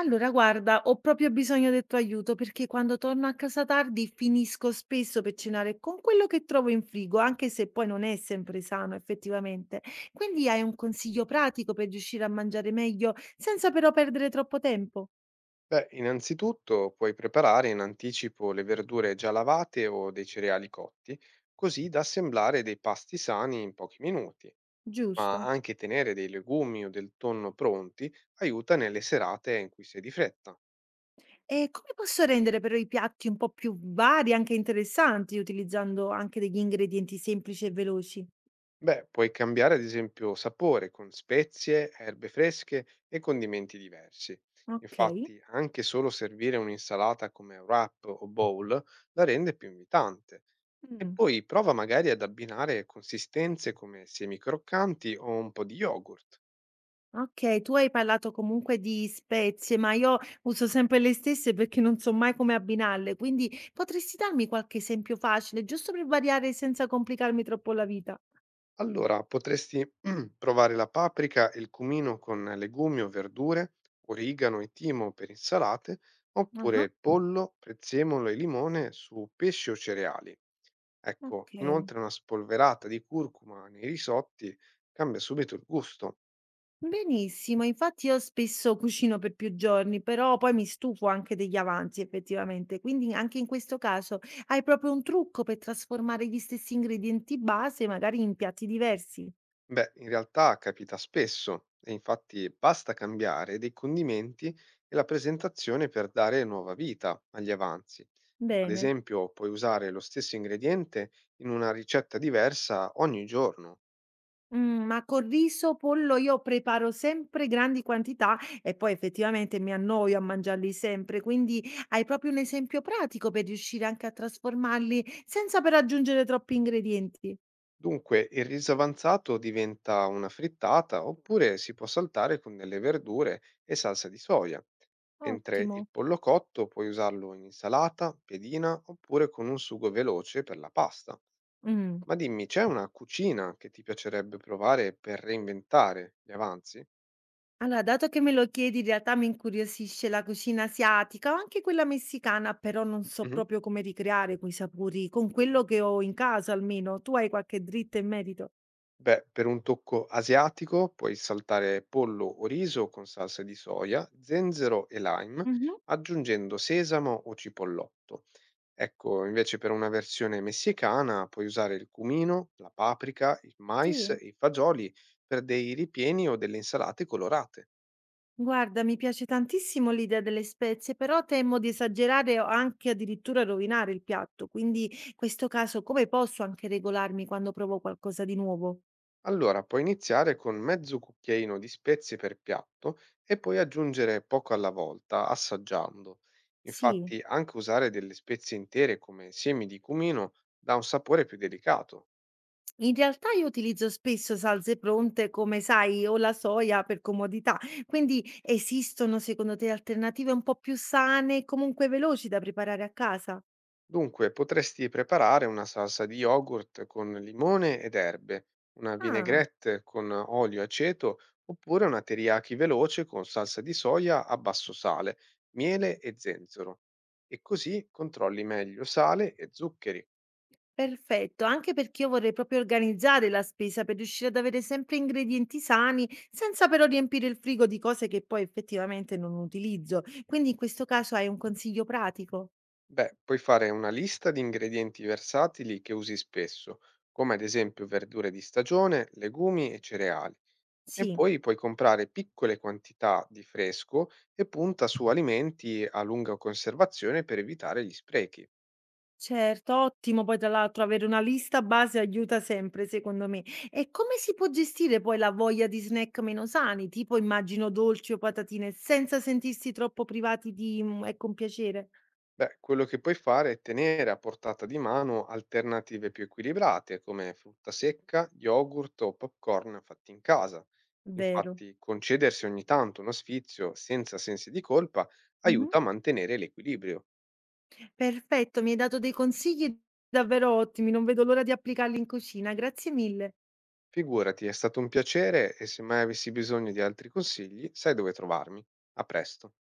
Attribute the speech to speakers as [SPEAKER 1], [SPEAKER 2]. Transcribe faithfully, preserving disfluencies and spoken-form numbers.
[SPEAKER 1] Allora guarda, ho proprio bisogno del tuo aiuto perché quando torno a casa tardi finisco spesso per cenare con quello che trovo in frigo, anche se poi non è sempre sano effettivamente. Quindi hai un consiglio pratico per riuscire a mangiare meglio senza però perdere troppo tempo?
[SPEAKER 2] Beh, innanzitutto puoi preparare in anticipo le verdure già lavate o dei cereali cotti, così da assemblare dei pasti sani in pochi minuti, ma
[SPEAKER 1] Giusto.
[SPEAKER 2] anche tenere dei legumi o del tonno pronti aiuta nelle serate in cui sei di fretta.
[SPEAKER 1] E come posso rendere però i piatti un po' più vari, anche interessanti, utilizzando anche degli ingredienti semplici e veloci?
[SPEAKER 2] Beh, puoi cambiare ad esempio sapore con spezie, erbe fresche e condimenti diversi.
[SPEAKER 1] Ok.
[SPEAKER 2] Infatti, anche solo servire un'insalata come wrap o bowl la rende più invitante. E
[SPEAKER 1] Mm.
[SPEAKER 2] poi prova magari ad abbinare consistenze come semi croccanti o un po' di yogurt.
[SPEAKER 1] Okay, tu hai parlato comunque di spezie, ma io uso sempre le stesse perché non so mai come abbinarle, quindi potresti darmi qualche esempio facile, giusto per variare senza complicarmi troppo la vita?
[SPEAKER 2] Allora, potresti provare la paprika e il cumino con legumi o verdure, origano e timo per insalate, oppure
[SPEAKER 1] Ah-ah,
[SPEAKER 2] il pollo, prezzemolo e limone su pesci o cereali. Ecco,
[SPEAKER 1] okay.
[SPEAKER 2] inoltre una spolverata di curcuma nei risotti cambia subito il gusto.
[SPEAKER 1] Benissimo, infatti io spesso cucino per più giorni, però poi mi stufo anche degli avanzi effettivamente, quindi anche in questo caso hai proprio un trucco per trasformare gli stessi ingredienti base magari in piatti diversi?
[SPEAKER 2] Beh, in realtà capita spesso e infatti basta cambiare dei condimenti e la presentazione per dare nuova vita agli avanzi. Ad
[SPEAKER 1] Bene.
[SPEAKER 2] esempio, puoi usare lo stesso ingrediente in una ricetta diversa ogni giorno.
[SPEAKER 1] Mhmm, ma con riso, pollo io preparo sempre grandi quantità e poi effettivamente mi annoio a mangiarli sempre, quindi hai proprio un esempio pratico per riuscire anche a trasformarli senza però aggiungere troppi ingredienti.
[SPEAKER 2] Dunque, il riso avanzato diventa una frittata oppure si può saltare con delle verdure e salsa di soia, mentre
[SPEAKER 1] Ottimo.
[SPEAKER 2] il pollo cotto puoi usarlo in insalata, pedina oppure con un sugo veloce per la pasta.
[SPEAKER 1] Mh.
[SPEAKER 2] Ma dimmi, c'è una cucina che ti piacerebbe provare per reinventare gli avanzi?
[SPEAKER 1] Allora, dato che me lo chiedi, in realtà mi incuriosisce la cucina asiatica o anche quella messicana, però non so
[SPEAKER 2] Mh-mh.
[SPEAKER 1] proprio come ricreare quei sapori con quello che ho in casa almeno. Tu hai qualche dritta in merito?
[SPEAKER 2] Beh, per un tocco asiatico puoi saltare pollo o riso con salsa di soia, zenzero e lime,
[SPEAKER 1] Mh-mh.
[SPEAKER 2] aggiungendo sesamo o cipollotto. Ecco, invece per una versione messicana puoi usare il cumino, la paprika, il mais
[SPEAKER 1] Sì.
[SPEAKER 2] e i fagioli per dei ripieni o delle insalate colorate.
[SPEAKER 1] Guarda, mi piace tantissimo l'idea delle spezie, però temo di esagerare o anche addirittura rovinare il piatto. Quindi, in questo caso, come posso anche regolarmi quando provo qualcosa di nuovo?
[SPEAKER 2] Allora, puoi iniziare con mezzo cucchiaino di spezie per piatto e poi aggiungere poco alla volta, assaggiando.
[SPEAKER 1] Sì,
[SPEAKER 2] Infatti, anche usare delle spezie intere come semi di cumino dà un sapore più delicato.
[SPEAKER 1] in realtà io utilizzo spesso salse pronte, come sai, o la soia per comodità. Quindi, esistono secondo te alternative un po' più sane e comunque veloci da preparare a casa?
[SPEAKER 2] Dunque, potresti preparare una salsa di yogurt con limone ed erbe, una
[SPEAKER 1] Ah.
[SPEAKER 2] vinaigrette con olio e aceto, oppure una teriyaki veloce con salsa di soia a basso sale, miele e zenzero. E così controlli meglio sale e zuccheri.
[SPEAKER 1] Perfetto, anche perché io vorrei proprio organizzare la spesa per riuscire ad avere sempre ingredienti sani, senza però riempire il frigo di cose che poi effettivamente non utilizzo. Quindi in questo caso hai un consiglio pratico?
[SPEAKER 2] Beh, puoi fare una lista di ingredienti versatili che usi spesso, come ad esempio verdure di stagione, legumi e cereali. E
[SPEAKER 1] Sì,
[SPEAKER 2] poi puoi comprare piccole quantità di fresco e punta su alimenti a lunga conservazione per evitare gli sprechi.
[SPEAKER 1] certo, ottimo. Poi tra l'altro avere una lista base aiuta sempre, secondo me. E come si può gestire poi la voglia di snack meno sani, tipo immagino dolci o patatine, senza sentirsi troppo privati di, mm, ecco, un piacere?
[SPEAKER 2] Beh, quello che puoi fare è tenere a portata di mano alternative più equilibrate come frutta secca, yogurt o popcorn fatti in casa.
[SPEAKER 1] Vero.
[SPEAKER 2] Infatti, concedersi ogni tanto uno sfizio senza sensi di colpa
[SPEAKER 1] Mhm.
[SPEAKER 2] aiuta a mantenere l'equilibrio.
[SPEAKER 1] Perfetto, mi hai dato dei consigli davvero ottimi, non vedo l'ora di applicarli in cucina. Grazie mille.
[SPEAKER 2] Figurati, è stato un piacere e se mai avessi bisogno di altri consigli, sai dove trovarmi. A presto.